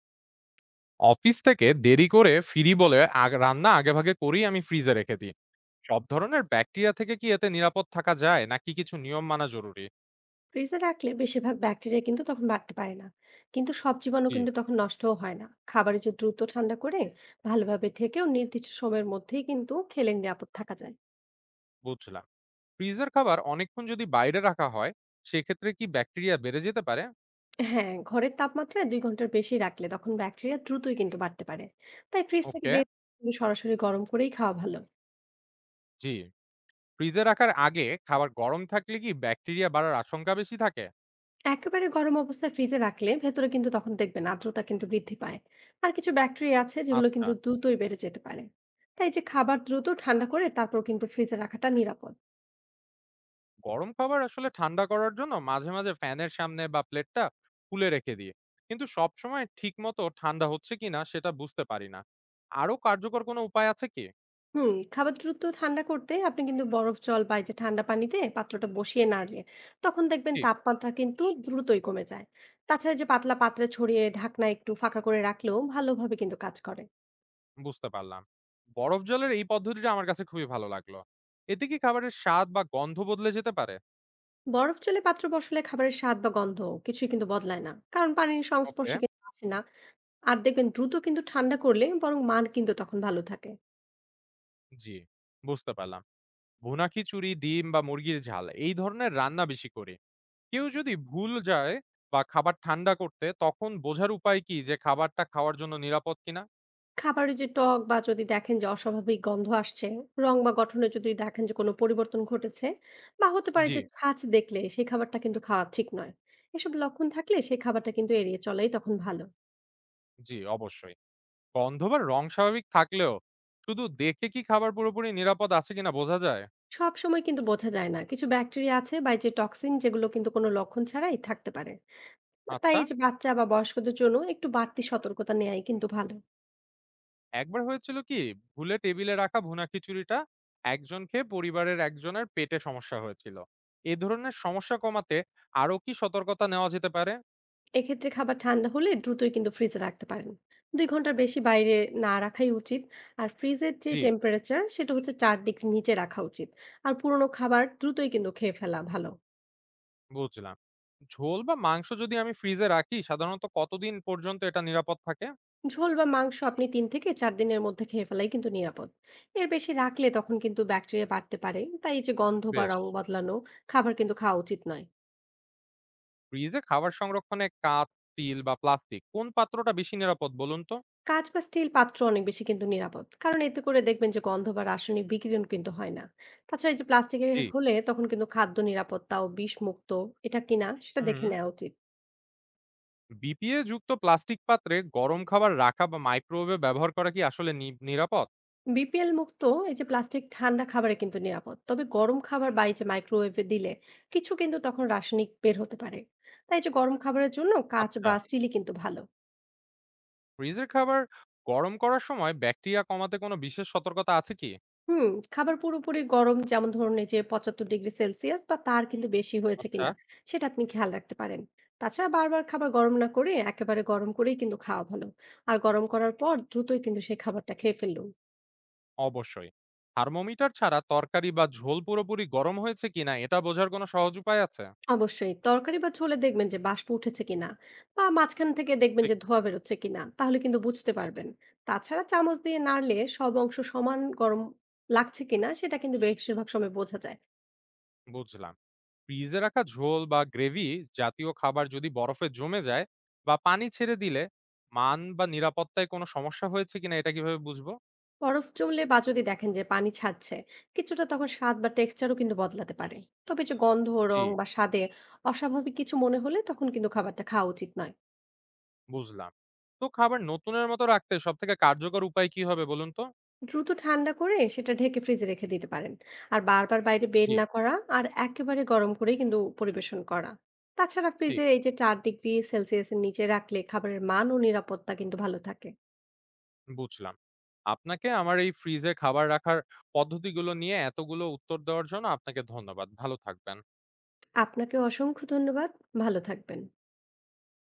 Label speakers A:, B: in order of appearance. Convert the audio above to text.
A: Office থেকে দেরি করে ফিরি বলে রান্না আগেভাগে করেই আমি ফ্রিজে রেখে দিই। সব ধরনের ব্যাকটেরিয়া থেকে কি এতে নিরাপদ থাকা যায়, নাকি কিছু নিয়ম মানা জরুরি?
B: ফ্রিজে রাখলে বেশিরভাগ ব্যাকটেরিয়া কিন্তু তখন বাড়তে পারে না। কিন্তু সব জীবাণু
A: জি,
B: কিন্তু তখন নষ্টও হয় না। খাবারে যে দ্রুত ঠান্ডা করে ভালোভাবে ঢেকেও নির্দিষ্ট সময়ের মধ্যেই কিন্তু খেলে নিরাপদ থাকা যায়।
A: বুঝলাম। ফ্রিজের খাবার অনেকক্ষণ যদি বাইরে রাখা হয়, সেক্ষেত্রে কি ব্যাকটেরিয়া বেড়ে যেতে পারে?
B: হ্যাঁ, ঘরের তাপমাত্রায় ২ ঘন্টার বেশি রাখলে তখন ব্যাকটেরিয়া দ্রুতই কিন্তু বাড়তে পারে। তাই ফ্রিজ থেকে
A: ওকে।
B: বের করে সরাসরি গরম করেই খাওয়া ভালো।
A: জি। ফ্রিজে রাখার আগে খাবার গরম থাকলে কি ব্যাকটেরিয়া বাড়ার আশঙ্কা বেশি থাকে?
B: একেবারে গরম অবস্থায় ফ্রিজে রাখলে ভেতরে কিন্তু তখন দেখবেন আর্দ্রতা কিন্তু বৃদ্ধি পায়। আর কিছু ব্যাকটেরিয়া আছে যেগুলো
A: আচ্ছা।
B: কিন্তু দ্রুতই বেড়ে যেতে পারে। তাই যে খাবার দ্রুত ঠান্ডা করে তারপর কিন্তু ফ্রিজে রাখাটা নিরাপদ।
A: গরম খাবার আসলে ঠান্ডা করার জন্য মাঝে মাঝে ফ্যানের সামনে বা প্লেটটা খুলে রেখে দিয়ে কিন্তু সবসময় ঠিক মতো ঠান্ডা হচ্ছে কিনা সেটা বুঝতে পারি না। আরো কার্যকর কোনো উপায় আছে কি?
B: হুম, খাবার দ্রুত ঠান্ডা করতে আপনি কিন্তু বরফ জল বা এই যে ঠান্ডা পানিতে পাত্রটা বসিয়ে নাড়লে তখন দেখবেন
A: ঠিক।
B: তাপমাত্রা কিন্তু দ্রুতই কমে যায়। তাছাড়া যে পাতলা পাত্রে ছড়িয়ে ঢাকনা একটু ফাঁকা করে রাখলেও ভালোভাবে কিন্তু কাজ করে।
A: বুঝতে পারলাম। বরফ জলের এই পদ্ধতিটা আমার কাছে খুবই ভালো লাগলো। এতে কি খাবারের স্বাদ বা গন্ধ বদলে যেতে পারে?
B: বরফ জলে পাত্র বসালে খাবারের স্বাদ বা গন্ধ কিছুই কিন্তু বদলায় না, কারণ পানির
A: ওকে।
B: সংস্পর্শে কিন্তু আসে না। আর দেখবেন দ্রুত কিন্তু ঠান্ডা করলে বরং মান কিন্তু তখন ভালো থাকে।
A: জি, বুঝতে পারলাম। ভুনা খিচুড়ি, ডিম বা মুরগির ঝাল এই ধরনের রান্না বেশি করে কেউ যদি ভুল যায় বা খাবার ঠান্ডা করতে, তখন বোঝার উপায় কি যে খাবারটা খাওয়ার জন্য নিরাপদ কিনা?
B: খাবারের যে টক বা যদি দেখেন যে অস্বাভাবিক গন্ধ আসছে, রং বা গঠনে যদি দেখেন যে কোনো পরিবর্তন ঘটেছে, বা হতে পারে
A: জি।
B: যে ছাঁচ দেখলে সেই খাবারটা কিন্তু খাওয়া ঠিক নয়। এসব লক্ষণ থাকলে সেই খাবারটা কিন্তু এড়িয়ে চলাই তখন ভালো।
A: জি, অবশ্যই। গন্ধ বা রং স্বাভাবিক থাকলেও শুধু দেখে কি খাবার পুরোপুরি নিরাপদ আছে কিনা বোঝা যায়?
B: সবসময় কিন্তু বোঝা যায় না। কিছু ব্যাকটেরিয়া আছে বা এই যে টক্সিন, যেগুলো কিন্তু কোনো লক্ষণ ছাড়াই থাকতে পারে। তাই
A: আচ্ছা।
B: এই যে বাচ্চা বা বয়স্কদের জন্য একটু বাড়তি সতর্কতা নেয়াই কিন্তু ভালো।
A: একবার হয়েছিল কি, ভুলে টেবিলে রাখা ভুনা খিচুড়িটা একজন খেয়ে পরিবারের একজনের পেটে সমস্যা হয়েছিল। এ ধরনের সমস্যা কমাতে আরো কি সতর্কতা নেওয়া যেতে পারে?
B: এক্ষেত্রে খাবার ঠান্ডা হলে দ্রুতই কিন্তু ফ্রিজে রাখতে পারেন। ২ ঘন্টার বেশি বাইরে না রাখাই উচিত। আর ফ্রিজের যে
A: জি,
B: টেম্পারেচার সেটা হচ্ছে ৪ ডিগ্রি নিচে রাখা উচিত। আর পুরনো খাবার দ্রুতই কিন্তু খেয়ে ফেলা ভালো।
A: বুঝলাম। ঝোল বা মাংস যদি আমি ফ্রিজে রাখি, সাধারণত কতদিন পর্যন্ত এটা নিরাপদ থাকে?
B: ঝোল বা মাংস আপনি ৩ থেকে ৪ দিনের মধ্যে খেয়ে ফেলাই কিন্তু নিরাপদ। এর বেশি রাখলে তখন কিন্তু ব্যাকটেরিয়া বাড়তে পারে, তাই এই যে গন্ধ বা
A: বেশ।
B: রং বদলানো খাবার কিন্তু খাওয়া উচিত নয়।
A: ফ্রিজে খাবার সংরক্ষণে কাঁচ, স্টিল বা প্লাস্টিক কোন পাত্রটা বেশি নিরাপদ বলুন তো?
B: কাঁচ বা স্টিল পাত্র অনেক বেশি কিন্তু নিরাপদ, কারণ এতে করে দেখবেন যে গন্ধ বা রাসায়নিক বিকিরণ কিন্তু হয় না। তাছাড়া এই যে প্লাস্টিকের
A: জি।
B: হলে তখন কিন্তু খাদ্য নিরাপত্তা ও বিষ মুক্ত এটা কিনা সেটা
A: হুম।
B: দেখে নেওয়া উচিত।
A: বিপিএ যুক্ত প্লাস্টিক পাত্রে গরম খাবার রাখা বা মাইক্রোওয়েভে ব্যবহার করা কি আসলে নিরাপদ?
B: বিপিএল মুক্ত এই যে প্লাস্টিক ঠান্ডা খাবারে কিন্তু নিরাপদ, তবে গরম খাবার বা এই যে মাইক্রোওয়েভে দিলে কিছু কিন্তু তখন রাসায়নিক বের হতে পারে। তাই এই যে গরম খাবারের জন্য কাঁচ
A: আচ্ছা।
B: বা স্টিলই কিন্তু ভালো।
A: ফ্রিজের খাবার গরম করার সময় ব্যাকটেরিয়া কমাতে কোনো বিশেষ সতর্কতা আছে কি?
B: হুম, খাবার পুরোপুরি গরম, যেমন ধরুন এই যে ৭৫ ডিগ্রি সেলসিয়াস বা তার কিন্তু বেশি হয়েছে
A: আচ্ছা।
B: কিনা সেটা আপনি খেয়াল রাখতে পারেন। তাছাড়া বারবার খাবার গরম না করে একেবারে গরম করেই কিন্তু খাওয়া ভালো। আর গরম করার পর দ্রুতই কিন্তু সেই খাবারটা খেয়ে ফেললুন।
A: অবশ্যই। থার্মোমিটার ছাড়া তরকারি বা ঝোল পুরোপুরি গরম হয়েছে কিনা এটা বোঝার কোনো সহজ উপায় আছে?
B: অবশ্যই তরকারি বা ঝোলে দেখবেন যে বাষ্প উঠেছে কিনা, বা মাঝখান থেকে দেখবেন
A: ঠিক।
B: যে ধোঁয়া বেরোচ্ছে কিনা, তাহলে কিন্তু বুঝতে পারবেন। তাছাড়া চামচ দিয়ে নাড়লে সব অংশ সমান গরম লাগছে কিনা সেটা কিন্তু বেশিরভাগ সময় বোঝা যায়।
A: বুঝলাম। ফ্রিজে রাখা ঝোল বা গ্রেভি জাতীয় খাবার যদি বরফে জমে যায় বা পানি ছেড়ে দিলে মান বা নিরাপত্তায় কোনো সমস্যা হয়েছে কিনা এটা কিভাবে বুঝবো?
B: বরফ জমলে বা যদি দেখেন যে পানি ছাড়ছে, কিছুটা তখন স্বাদ বা টেক্সচারও কিন্তু বদলাতে পারে। তবে যে গন্ধ,
A: জি,
B: রং বা স্বাদে অস্বাভাবিক কিছু মনে হলে তখন কিন্তু খাবারটা খাওয়া উচিত নয়।
A: বুঝলাম। তো খাবার নতুনের মতো রাখতে সবথেকে কার্যকর উপায় কি হবে বলুন তো?
B: দ্রুত ঠান্ডা করে সেটা ঢেকে ফ্রিজে রেখে দিতে পারেন। আর বারবার বাইরে বের
A: জি।
B: না করা, আর একেবারে গরম করেই কিন্তু পরিবেশন করা। তাছাড়া
A: ঠিক,
B: ফ্রিজে এই যে ৪ ডিগ্রি সেলসিয়াসের নিচে রাখলে খাবারের মান ও নিরাপত্তা কিন্তু ভালো থাকে।
A: বুঝলাম। আপনাকে আমার এই ফ্রিজে খাবার রাখার পদ্ধতিগুলো নিয়ে এতগুলো উত্তর দেওয়ার জন্য আপনাকে ধন্যবাদ। ভালো থাকবেন।
B: আপনাকে অসংখ্য ধন্যবাদ। ভালো থাকবেন।